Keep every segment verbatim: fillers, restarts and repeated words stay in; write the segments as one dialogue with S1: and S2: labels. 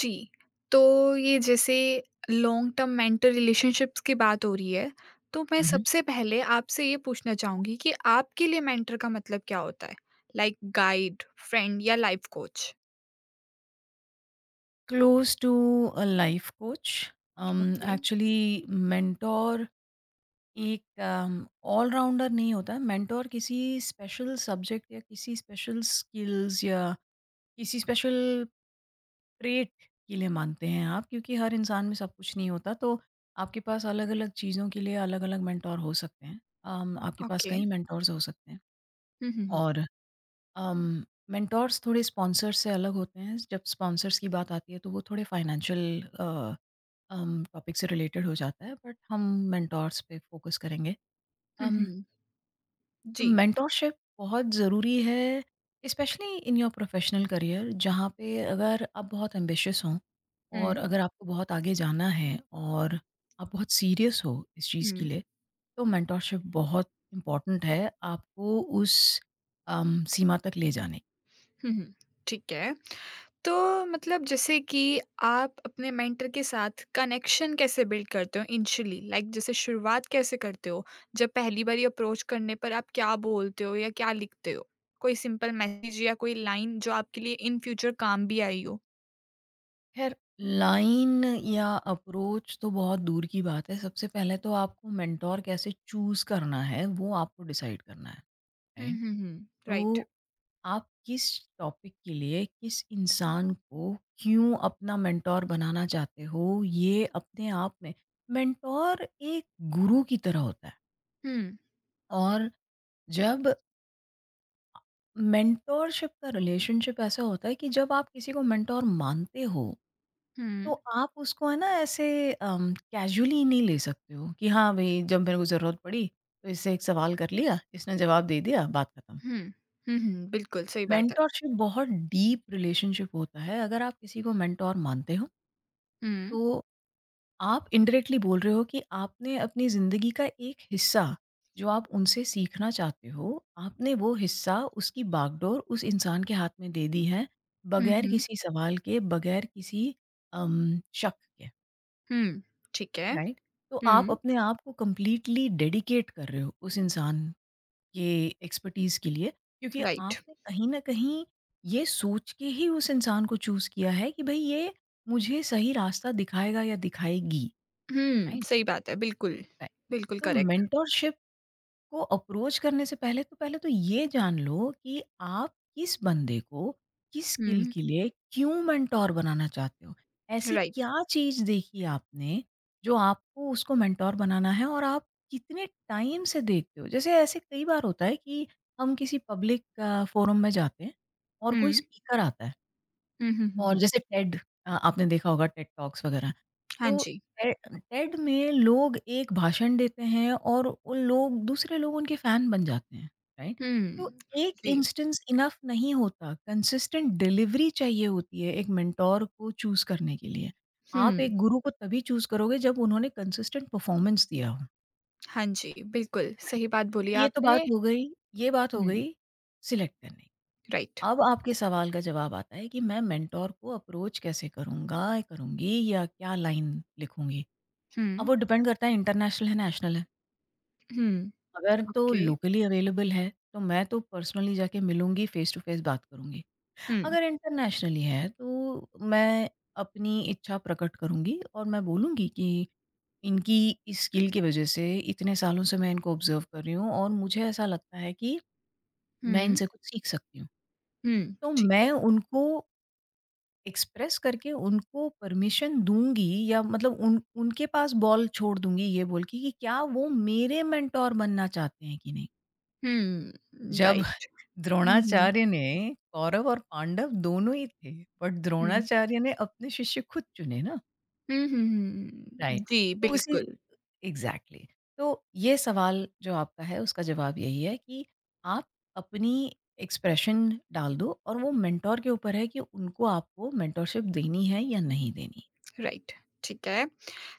S1: जी, तो ये जैसे लॉन्ग टर्म मेंटर रिलेशनशिप्स की बात हो रही है, तो मैं
S2: Mhm.
S1: सबसे पहले आपसे ये पूछना चाहूँगी कि आपके लिए मेंटर का मतलब क्या होता है? लाइक गाइड, फ्रेंड या life coach?
S2: Close to a life coach. Um,
S1: okay,
S2: actually, mentor एक ऑल राउंडर नहीं होता। मेंटोर किसी स्पेशल सब्जेक्ट या किसी स्पेशल स्किल्स या किसी स्पेशल ट्रेट के लिए मानते हैं आप, क्योंकि हर इंसान में सब कुछ नहीं होता। तो आपके पास अलग अलग चीज़ों के लिए अलग अलग मेंटोर हो सकते हैं, um, आपके पास
S1: ओके।
S2: कई मेंटोर्स हो सकते हैं।
S1: हुँ, हुँ, हुँ।
S2: और मेंटोर्स थोड़े स्पॉन्सर्स से अलग होते हैं। जब स्पॉन्सर्स की बात आती है तो वो थोड़े फाइनेंशियल टॉपिक से रिलेटेड हो जाता है, बट हम मेंटोर्स पे फोकस करेंगे।
S1: हुँ,
S2: um,
S1: हुँ।
S2: तो
S1: जी।
S2: मेंटोरशिप बहुत ज़रूरी है, specially in your professional career, जहाँ पे अगर आप बहुत एम्बिशियस हों और
S1: हुँ,
S2: अगर आपको बहुत आगे जाना है और आप बहुत सीरियस हो इस चीज़ के
S1: हुँ,
S2: लिए, तो मेंटोरशिप बहुत इम्पॉर्टेंट है आपको उस um, सीमा तक ले जाने।
S1: हुँ, हुँ। ठीक है। तो मतलब जैसे कि आप अपने मेंटर के साथ कनेक्शन कैसे बिल्ड करते हो इनिशियली, लाइक जैसे शुरुआत कैसे करते हो, जब पहली बारी अप्रोच करने पर आप क्या बोलते हो या क्या लिखते हो? कोई सिंपल मैसेज या कोई लाइन जो आपके लिए इन फ्यूचर काम भी आई हो?
S2: ख़ैर, लाइन या अप्रोच तो बहुत दूर की बात है। सबसे पहले तो आपको मेंटर कैसे चूज़ करना है, वो आपको डिसाइड करना है,
S1: हम्म,
S2: राइट?
S1: हम्म, हम्म, राइट।
S2: तो आप किस टॉपिक के लिए, किस इंसान को क्यों अपना मेंटर बनाना चाहते हो, ये अपने आप में। मेंटर एक गुरु की तरह होता है।
S1: हम्म,
S2: और जब मेंटरशिप का रिलेशनशिप ऐसा होता है कि जब आप किसी को मेंटर मानते हो, तो
S1: हम्म,
S2: आप उसको, है ना, ऐसे अम, कैजुअली नहीं ले सकते हो कि हाँ भाई, जब मेरे को ज़रूरत पड़ी तो इससे एक सवाल कर लिया, इसने जवाब दे दिया, बात खत्म।
S1: हम्म, हम्म, हम्म, बिल्कुल सही बात है।
S2: मेंटोरशिप बहुत डीप रिलेशनशिप होता है। अगर आप किसी को मेंटोर मानते हो,
S1: हम्म,
S2: तो आप इंडायरेक्टली बोल रहे हो कि आपने अपनी ज़िंदगी का एक हिस्सा, जो आप उनसे सीखना चाहते हो, आपने वो हिस्सा, उसकी बागडोर उस इंसान के हाथ में दे दी है,
S1: हम्म,
S2: बगैर
S1: हम्म,
S2: किसी सवाल के, बगैर किसी अम, शक के।
S1: हम्म, ठीक है।
S2: राइट। तो आप
S1: हम्म,
S2: अपने आप को कंप्लीटली डेडिकेट कर रहे हो उस इंसान के एक्सपर्टीज के लिए, क्योंकि
S1: राइट।
S2: आपने कहीं ना कहीं ये सोच के ही उस इंसान को चूज किया है कि भाई ये मुझे सही रास्ता दिखाएगा या दिखाएगी।
S1: Hmm,
S2: right?
S1: सही बात है बिल्कुल। बिल्कुल
S2: तो
S1: करेक्ट।
S2: मेंटोरशिप को अप्रोच करने से पहले तो पहले तो ये जान लो कि आप किस बंदे को किस स्किल
S1: हम्म,
S2: के लिए क्यों मेंटोर बनाना चाहते हो। ऐसी
S1: राइट।
S2: क्या चीज़ देखी आपने जो आपको उसको मेंटोर बनाना है, और आप कितने टाइम से देखते हो? जैसे ऐसे कई बार होता है कि हम किसी पब्लिक अ, फोरम में जाते हैं और कोई
S1: हम्म,
S2: स्पीकर आता है।
S1: हम्म, हम्म, हम्म,
S2: और
S1: हम्म।
S2: जैसे टेड, अ, आपने देखा होगा टेड टॉक्स वगैरह।
S1: हाँ
S2: तो
S1: जी।
S2: टे टेड में लोग एक भाषण देते हैं और उन लोग दूसरे लोग उनके फ़ैन बन जाते हैं, राइट? तो
S1: हुँ।
S2: एक
S1: जी।
S2: इंस्टेंस इनफ नहीं होता, कंसिस्टेंट डिलिवरी चाहिए होती है एक मेंटर को चूज़ करने के लिए। आप
S1: हुँ।
S2: एक गुरु को तभी चूज़ करोगे जब उन्होंने कंसिस्टेंट परफॉर्मेंस दिया हो,
S1: हाँ जी, बिल्कुल,
S2: राइट?
S1: सही बात बोली
S2: तो ये तो
S1: आपने।
S2: बात हो गई ये बात हो
S1: हुँ,
S2: गई सिलेक्ट करने।
S1: राइट।
S2: अब आपके सवाल का जवाब आता है कि मैं मेंटोर को अप्रोच कैसे करूँगा, करूँगी, या क्या लाइन लिखूँगी?
S1: हुँ,
S2: अब वो डिपेंड करता है, इंटरनेशनल है, नेशनल है।
S1: हुँ,
S2: अगर तो
S1: ओके।
S2: लोकली अवेलेबल है, तो मैं तो पर्सनली जाके मिलूँगी, फेस टू फेस बात करूँगी।
S1: हुँ,
S2: अगर इंटरनेशनली है, तो मैं अपनी इच्छा प्रकट करूँगी और मैं बोलूँगी कि इनकी इस स्किल की वज़ह से इतने सालों से मैं इनको ऑब्ज़र्व कर रही हूँ, और मुझे ऐसा लगता है कि मैं
S1: हुँ,
S2: इनसे कुछ सीख सकती हूँ।
S1: हुँ,
S2: तो
S1: ठीक
S2: मैं
S1: है।
S2: उनको एक्सप्रेस करके उनको परमिशन दूँगी, या मतलब उन उनके पास बॉल छोड़ दूँगी, ये बोल के कि क्या वो मेरे मेंटोर बनना चाहते हैं कि नहीं?
S1: हुँ,
S2: जब
S1: राइट। हुँ, हुँ,
S2: द्रोणाचार्य ने कौरव और पांडव दोनों ही थे, बट
S1: हुँ।
S2: द्रोणाचार्य ने अपने शिष्य खुद चुने ना,
S1: हुँ, हुँ, हुँ, हुँ।
S2: राइट?
S1: जी,
S2: तो उसी
S1: बिल्कुल,
S2: एग्ज़ैक्टली। तो ये सवाल जो आपका है उसका जवाब यही है कि आप अपनी एक्सप्रेशन डाल दो, और वो मेंटोर के ऊपर है कि उनको आपको मेंटोरशिप देनी है या नहीं देनी।
S1: राइट, ठीक है।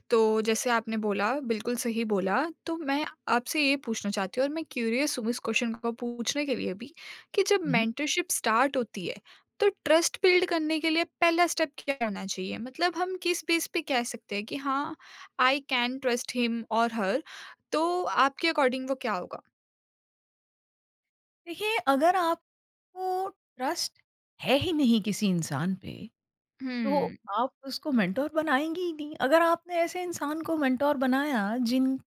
S1: तो जैसे आपने बोला, बिल्कुल सही बोला, तो मैं आपसे ये पूछना चाहती हूँ और मैं क्यूरियस हूँ इस क्वेश्चन को पूछने के लिए भी कि जब मेंटरशिप स्टार्ट होती है, तो ट्रस्ट बिल्ड करने के लिए पहला स्टेप क्या होना चाहिए? मतलब हम किस बेस पे कह सकते हैं कि हाँ, आई कैन ट्रस्ट हिम और हर, तो आपके अकॉर्डिंग वो क्या होगा?
S2: देखिए, अगर आपको ट्रस्ट है ही नहीं किसी इंसान पे, तो
S1: हुँ।
S2: आप उसको मेंटोर बनाएंगी ही नहीं। अगर आपने ऐसे इंसान को मेंटोर बनाया जिन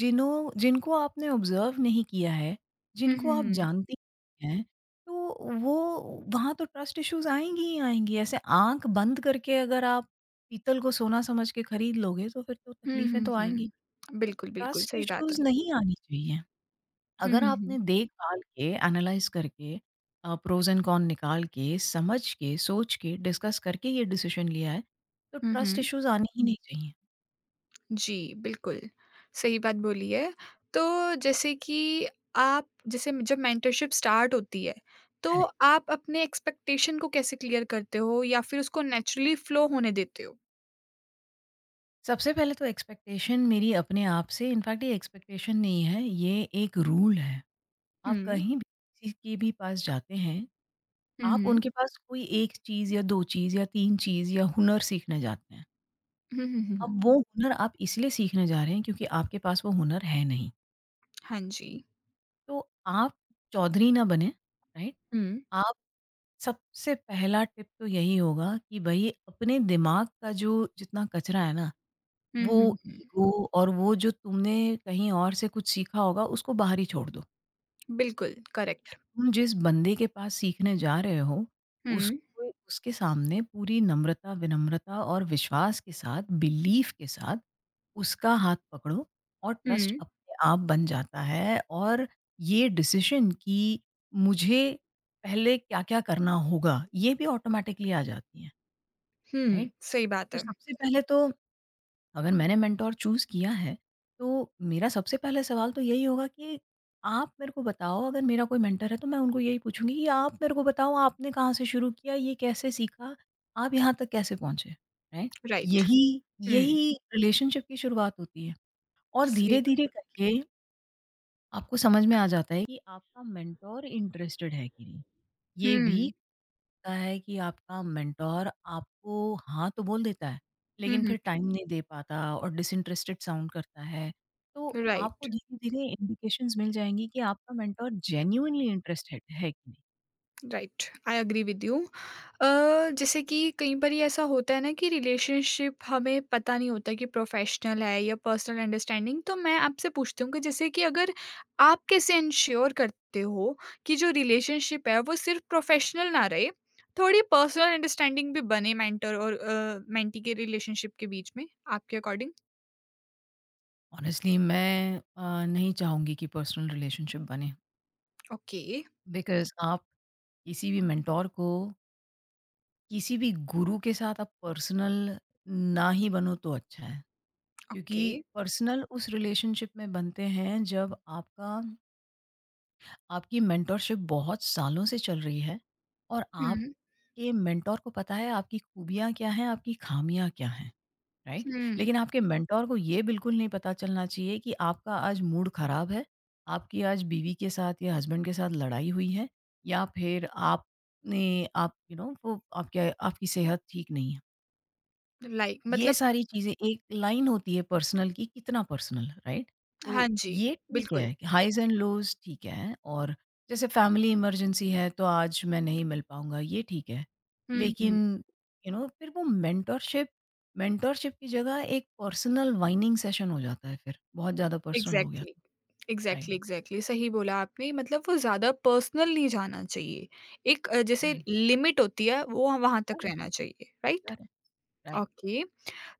S2: जिन्हों जिनको आपने ऑब्जर्व नहीं किया है,
S1: हुँ,
S2: जिनको
S1: हुँ,
S2: आप
S1: हुँ।
S2: जानते नहीं हैं, तो वो वहाँ तो ट्रस्ट इश्यूज आएंगी ही आएंगी। ऐसे आंख बंद करके अगर आप पीतल को सोना समझ के खरीद लोगे, तो फिर तो
S1: हुँ,
S2: तकलीफें
S1: हुँ,
S2: तो आएंगी।
S1: हुँ।
S2: तो
S1: बिल्कुल, बिल्कुल,
S2: ट्रस्ट
S1: सही बात
S2: इश्यूज
S1: है।
S2: नहीं आनी चाहिए।
S1: हुँ,
S2: अगर
S1: हुँ,
S2: आपने
S1: हुँ।
S2: देख-भाल के, एनालाइज़ करके, अ, प्रोज़ एंड कॉन निकाल के, समझ के, सोच के, डिस्कस करके ये डिसीज़न लिया है, तो
S1: हुँ,
S2: ट्रस्ट
S1: हुँ।
S2: इश्यूज़ आने ही नहीं चाहिए।
S1: जी, बिल्कुल, सही बात बोली है। तो जैसे कि आप जैसे जब मेंटरशिप स्टार्ट होती है, तो
S2: करेक्ट।
S1: आप अपने एक्सपेक्टेशन को कैसे क्लियर करते हो या फिर उसको नेचुरली फ्लो होने देते हो?
S2: सबसे पहले तो एक्सपेक्टेशन मेरी अपने आप से, इनफैक्ट ये एक्सपेक्टेशन नहीं है, ये एक रूल है।
S1: हुँ,
S2: आप
S1: हुँ,
S2: कहीं भी किसी के भी पास जाते हैं, आप
S1: हुँ।
S2: उनके पास कोई एक चीज़ या दो चीज़ या तीन चीज़ या हुनर सीखने जाते हैं।
S1: हुँ, हुँ, हुँ, हुँ।
S2: अब वो हुनर आप इसलिए सीखने जा रहे हैं क्योंकि आपके पास वो हुनर है नहीं।
S1: हाँ जी।
S2: तो आप चौधरी ना बने, राइट?
S1: हुँ,
S2: आप सबसे पहला टिप तो यही होगा कि भई अपने दिमाग का जो जितना कचरा है ना,
S1: हुँ, हुँ,
S2: वो
S1: हुँ।
S2: ईगो और वो जो तुमने कहीं और से कुछ सीखा होगा, उसको बाहर ही छोड़ दो।
S1: बिल्कुल, करेक्ट।
S2: तुम जिस बंदे के पास सीखने जा रहे हो,
S1: हुँ,
S2: उसको उसके सामने पूरी नम्रता, विनम्रता और विश्वास के साथ, बिलीफ के साथ उसका हाथ पकड़ो, और ट्रस्ट
S1: हुँ,
S2: अपने आप बन जाता है, और ये डिसीजन कि मुझे पहले क्या-क्या करना होगा, ये भी ऑटोमैटिकली आ जाती है,
S1: हुँ,
S2: राइट?
S1: सही बात
S2: तो
S1: है,
S2: सबसे पहले तो अगर मैंने मेंटोर चूज़ किया है, तो मेरा सबसे पहला सवाल तो यही होगा कि आप मेरे को बताओ। अगर मेरा कोई मेंटर है तो मैं उनको यही पूछूँगी कि आप मेरे को बताओ, आपने कहाँ से शुरू किया, ये कैसे सीखा, आप यहाँ तक कैसे पहुँचे, राइट?
S1: राइट।
S2: यही
S1: हुँ,
S2: यही रिलेशनशिप की शुरुआत होती है। और
S1: सही
S2: धीरे-धीरे
S1: बात है।
S2: करके आपको समझ में आ जाता है कि आपका मेंटोर इंटरेस्टेड है कि नहीं। ये भी
S1: हुँ,
S2: होता है कि आपका मेंटोर आपको हाँ तो बोल देता है,
S1: हुँ,
S2: लेकिन
S1: हुँ,
S2: फिर टाइम नहीं दे पाता और डिसइंटरेस्टेड साउंड करता है। तो आपको
S1: राइट।
S2: धीरे-धीरे इंडिकेशंस मिल जाएँगी कि आपका मेंटोर जेन्युइनली इंटरेस्टेड है कि नहीं।
S1: Right, I agree with you. जैसे कि कई बार ये ऐसा होता है ना कि रिलेशनशिप हमें पता नहीं होता कि प्रोफेशनल है या पर्सनल अंडरस्टैंडिंग, तो मैं आपसे पूछती हूँ कि जैसे कि अगर आप कैसे इंश्योर करते हो कि जो रिलेशनशिप है वो सिर्फ प्रोफेशनल ना रहे, थोड़ी पर्सनल अंडरस्टैंडिंग भी बने मेंटर और मेंटी के रिलेशनशिप के बीच में, आपके अकॉर्डिंग?
S2: ऑनेस्टली मैं अ, नहीं चाहूँगी कि पर्सनल रिलेशनशिप बने,
S1: ओके।
S2: बिकॉज़ आप किसी भी मेंटोर को, किसी भी गुरु के साथ आप पर्सनल ना ही बनो तो अच्छा है। क्योंकि
S1: ओके।
S2: पर्सनल उस रिलेशनशिप में बनते हैं जब आपका आपकी मेंटोरशिप बहुत सालों से चल रही है और
S1: हम्म,
S2: आपके मेंटोर को पता है आपकी खूबियाँ क्या हैं, आपकी खामियाँ क्या हैं, राइट?
S1: हम्म।
S2: लेकिन आपके मेंटोर को ये बिल्कुल नहीं पता चलना चाहिए कि आपका आज मूड ख़राब है, आपकी आज बीवी के साथ या हस्बैंड के साथ लड़ाई हुई है, या फिर आपने आप यू नो वो आपके आपकी सेहत ठीक नहीं है।
S1: लाइक
S2: ये
S1: मतलब,
S2: सारी चीज़ें एक लाइन होती है पर्सनल की कितना पर्सनल, राइट?
S1: हाँ
S2: तो
S1: जी,
S2: ये ठीक
S1: बिल्कुल।
S2: है कि हाइज़ एंड लोज़ ठीक है, और जैसे फैमिली इमरजेंसी है तो आज मैं नहीं मिल पाऊँगा, ये ठीक है।
S1: हम्म, हम्म।
S2: लेकिन यू नो फिर वो मेंटरशिप मेंटरशिप की जगह एक पर्सनल वाइनिंग सेशन हो जाता है फिर, बहुत ज़्यादा पर्सनल हो गया
S1: एग्जैक्टली,
S2: तो। राइट,
S1: एग्जैक्टली, एग्जैक्टली, सही बोला आपने, मतलब वो ज़्यादा पर्सनल नहीं जाना चाहिए। एक अ, जैसे
S2: राइट,
S1: लिमिट होती है, वो वहाँ तक
S2: करेक्ट,
S1: रहना चाहिए, राइट?
S2: Correct, right.
S1: ओके।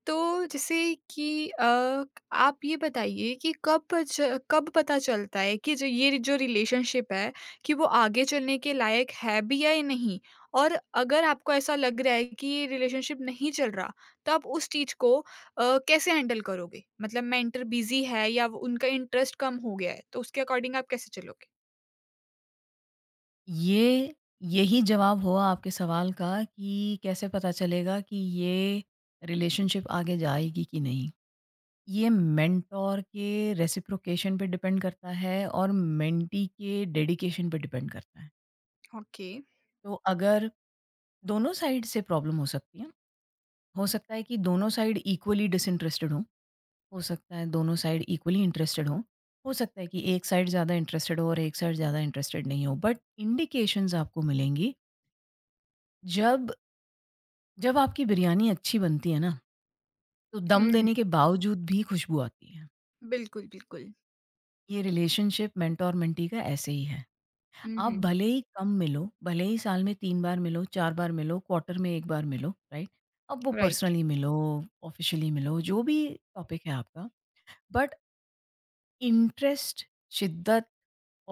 S1: तो जैसे कि अ, आप ये बताइए कि कब च कब पता चलता है कि जो ये जो रिलेशनशिप है कि वो आगे चलने के लायक है भी या ये नहीं? और अगर आपको ऐसा लग रहा है कि ये रिलेशनशिप नहीं चल रहा, तो आप उस चीज़ को अ, कैसे हैंडल करोगे? मतलब मेंटर बिज़ी है या वो उनका इंटरेस्ट कम हो गया है, तो उसके अकॉर्डिंग आप कैसे चलोगे?
S2: ये यही जवाब हुआ आपके सवाल का कि कैसे पता चलेगा कि ये रिलेशनशिप आगे जाएगी कि नहीं? ये मेंटोर के रेसिप्रोकेशन पे डिपेंड करता है और मेंटी के डेडिकेशन पे डिपेंड करता है।
S1: ओके।
S2: तो अगर दोनों साइड से प्रॉब्लम हो सकती है, हो सकता है कि दोनों साइड इक्वली डिसइंटरेस्टेड हों, हो सकता है दोनों साइड इक्वली इंटरेस्टेड हों, हो सकता है कि एक साइड ज़्यादा इंटरेस्टेड हो और एक साइड ज़्यादा इंटरेस्टेड नहीं हो। बट इंडिकेशंस आपको मिलेंगी। जब जब आपकी बिरयानी अच्छी बनती है ना, तो दम
S1: हुँ,
S2: देने के बावजूद भी खुशबू आती है।
S1: बिल्कुल, बिल्कुल।
S2: ये रिलेशनशिप मेंटोर मेंटी का ऐसे ही है।
S1: हुँ,
S2: आप
S1: हुँ, हुँ।
S2: भले ही कम मिलो, भले ही साल में तीन बार मिलो, चार बार मिलो, क्वार्टर में एक बार मिलो, राइट? अब वो
S1: राइट।
S2: पर्सनली मिलो, ऑफ़िशियली मिलो, जो भी टॉपिक है आपका, बट इंटरेस्ट, शिद्दत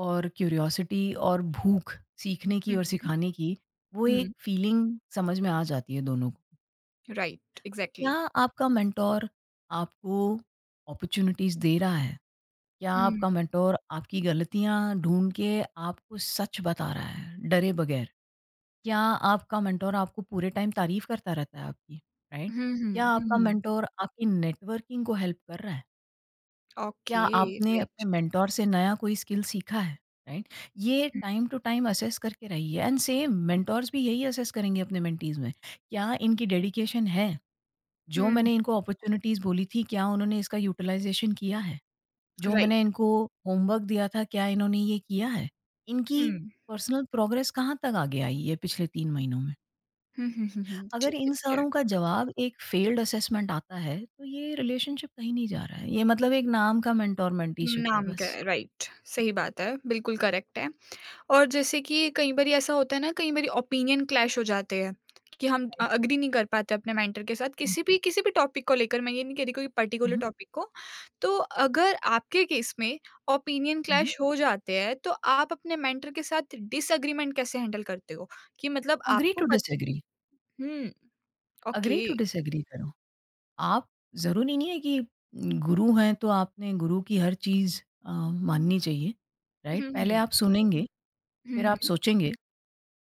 S2: और क्यूरियोसिटी और भूख सीखने की
S1: हुँ,
S2: और
S1: हुँ।
S2: सिखाने की, वो
S1: हुँ,
S2: एक फीलिंग समझ में आ जाती है दोनों को।
S1: राइट,
S2: क्या
S1: एग्ज़ैक्टली।
S2: आपका मेंटर आपको अपॉर्च्युनिटीज़ दे रहा है? क्या
S1: हुँ।
S2: आपका मेंटर आपकी गलतियाँ ढूँढ के आपको सच बता रहा है, डरे बगैर? क्या आपका मेंटोर आपको पूरे टाइम तारीफ करता रहता है आपकी, राइट?
S1: हुँ,
S2: क्या
S1: हुँ,
S2: आपका
S1: हुँ।
S2: मेंटोर आपकी नेटवर्किंग को हेल्प कर रहा है? क्या
S1: ओके,
S2: आपने अपने
S1: राइट।
S2: मेंटोर से नया कोई स्किल सीखा है, राइट? ये टाइम टू टाइम असेस करके रहिए एंड सेम मेंटोर्स भी यही असेस करेंगे अपने मेंटीज़ में। क्या इनकी डेडिकेशन है? जो
S1: हुँ,
S2: मैंने इनको अपॉर्च्युनिटीज़ बोली थी, क्या उन्होंने इसका यूटिलाइज़ेशन किया है? जो
S1: राइट।
S2: मैंने इनको होमवर्क दिया था, क्या इन्होंने ये किया है?
S1: हुँ।
S2: इनकी पर्सनल प्रोग्रेस कहाँ तक आगे आई है पिछले तीन महीनों में?
S1: हुँ, हुँ, हुँ, हुँ।
S2: अगर
S1: ठीक है,
S2: इन
S1: ठीक है।
S2: सारों का जवाब एक फेल्ड असेसमेंट आता है, तो ये रिलेशनशिप कहीं नहीं जा रहा है। ये मतलब एक नाम का मेंटर मेंटीशिप है
S1: नाम का
S2: बस।
S1: है, राइट। सही बात है, बिल्कुल करेक्ट है। और जैसे कि कई बारी ऐसा होता है ना, कई बारी ओपिनियन क्लैश हो जाते हैं कि हम अ,
S2: राइट।
S1: एग्री नहीं कर पाते अपने मेंटर के साथ किसी भी किसी भी टॉपिक को लेकर, मैं ये नहीं कह रही कोई
S2: हुँ,
S1: पर्टिकुलर
S2: हुँ,
S1: टॉपिक को। तो अगर आपके केस में ओपिनियन
S2: हुँ, हुँ।
S1: क्लैश हो जाते हैं, तो आप अपने मेंटर के साथ डिसएग्रीमेंट कैसे हैंडल करते हो? कि मतलब
S2: एग्री
S1: आपको
S2: टू
S1: पता।
S2: डिसएग्री,
S1: हुँ,
S2: एग्री टू
S1: ओके।
S2: डिसएग्री करो। आप, ज़रूरी नहीं है कि गुरु हैं तो आपने गुरु की हर चीज़ अ, माननी चाहिए, राइट?
S1: हुँ,
S2: पहले
S1: हुँ।
S2: आप सुनेंगे,
S1: हुँ,
S2: फिर आप
S1: हुँ।
S2: सोचेंगे,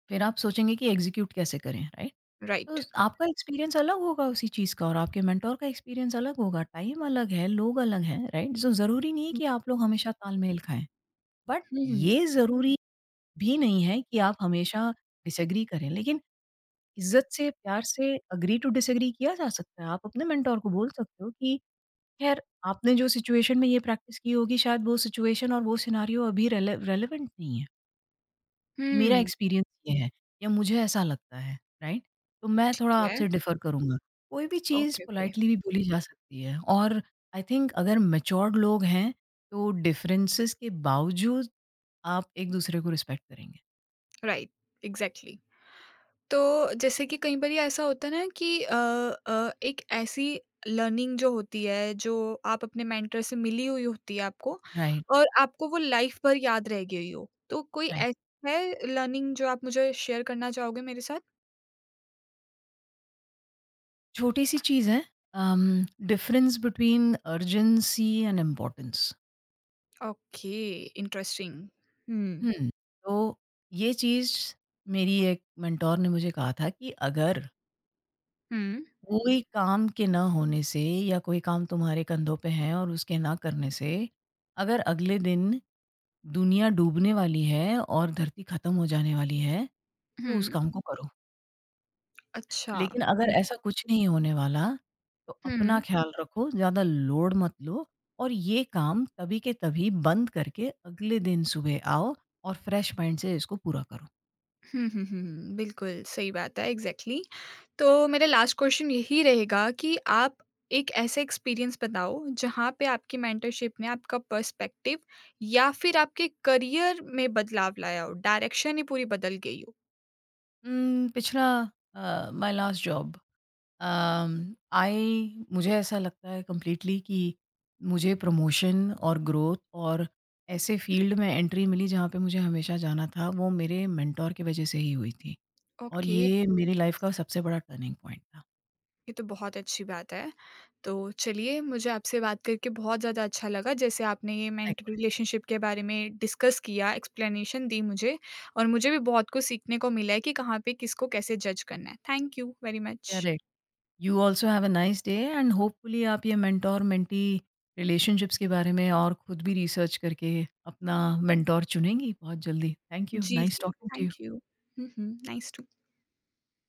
S2: फिर आप सोचेंगे कि एग्ज़ीक्यूट कैसे करें, राइट? तो
S1: राइट।
S2: स आपका एक्सपीरियंस अलग होगा उसी चीज़ का, और आपके मेंटोर का एक्सपीरियंस अलग होगा, टाइम अलग है, लोग अलग हैं, राइट? सो ज़रूरी नहीं है
S1: हुँ,
S2: कि आप लोग हमेशा तालमेल खाएँ। बट
S1: हुँ,
S2: ये ज़रूरी भी नहीं है कि आप हमेशा डिसएग्री करें, लेकिन इज़्ज़त से, प्यार से एग्री टू डिसएग्री किया जा सकता है। आप अपने मेंटोर को बोल सकते हो कि खैर, आपने जो सिचुएशन में ये प्रैक्टिस की होगी, शायद वो सिचुएशन और वो सिनेरियो अभी रेले रेलेवेंट नहीं है। मेरा
S1: हुँ।
S2: एक्सपीरियंस ये है, या मुझे ऐसा लगता है, राइट? तो मैं थोड़ा
S1: ठीक है।
S2: आपसे डिफ़र करूँगा। कोई भी चीज़
S1: ओके, ओके।
S2: पोलाइटली भी बोली जा सकती है, और आई थिंक अगर मैच्योर्ड लोग हैं, तो डिफ़रेंसेस के बावजूद आप एक-दूसरे को रिस्पेक्ट करेंगे।
S1: Right, exactly. तो जैसे कि कई बारी ऐसा होता है ना कि अ अ, एक ऐसी लर्निंग जो होती है, जो आप अपने मेंटर से मिली हुई होती है आपको,
S2: राइट,
S1: और आपको वो लाइफ़ भर याद रह गई हो। तो कोई
S2: राइट।
S1: ऐसी है लर्निंग जो आप मुझे शेयर करना चाहोगे मेरे साथ?
S2: छोटी-सी चीज़ है, um, difference between urgency and importance.
S1: Okay, interesting. हुँ,
S2: हुँ, तो ये चीज़ मेरी एक मेंटर ने मुझे कहा था कि अगर
S1: हुँ,
S2: कोई काम के ना होने से, या कोई काम तुम्हारे कंधों पे है और उसके ना करने से, अगर अगले दिन दुनिया डूबने वाली है और धरती खत्म हो जाने वाली है, तो उस
S1: हुँ।
S2: काम को करो।
S1: अच्छा।
S2: लेकिन अगर
S1: हुँ,
S2: ऐसा कुछ नहीं होने वाला, तो
S1: हुँ।
S2: अपना ख्याल रखो, ज़्यादा लोड मत लो, और ये काम तभी के तभी बंद करके अगले दिन सुबह आओ और फ्रेश माइंड से इसको पूरा करो।
S1: हुँ, हुँ, हुँ, हुँ। बिल्कुल, सही बात है, एग्ज़ैक्टली। तो मेरा लास्ट क्वेश्चन यही रहेगा कि आप एक ऐसा एक्सपीरियंस बताओ, जहाँ पे आपकी मेंटरशिप ने आपका पर्सपेक्टिव या फिर आपके करियर में बदलाव लाया हो, डायरेक्शन ही पूरी बदल गई हो?
S2: उम, पिछला uh, my last job, um, I मुझे ऐसा लगता है कंप्लीटली कि मुझे प्रमोशन और ग्रोथ और ऐसे फील्ड में एंट्री मिली जहाँ पे मुझे हमेशा जाना था, वो मेरे मेंटर की वज़ह से ही हुई थी, और
S1: ओके।
S2: ये मेरी लाइफ़ का सबसे बड़ा टर्निंग पॉइंट था।
S1: ये तो बहुत अच्छी बात है। तो चलिए, मुझे आपसे बात करके बहुत ज़्यादा अच्छा लगा, जैसे आपने ये मेंटर
S2: Likewise.
S1: रिलेशनशिप के बारे में डिस्कस किया, एक्सप्लेनेशन दी मुझे, और मुझे भी बहुत कुछ सीखने को मिला है कि कहाँ पे किसको कैसे जज करना है। Thank you very much.
S2: Correct. You also have a nice day, and hopefully आप ये मेंटर मेंटी रिलेशनशिप्स के बारे में और खुद भी रिसर्च करके अपना मेंटर चुनेंगी बहुत जल्दी। Thank you.
S1: जी,
S2: नाइस
S1: जी।
S2: Talking to
S1: thank
S2: you.
S1: You. हुँ, हुँ। Nice to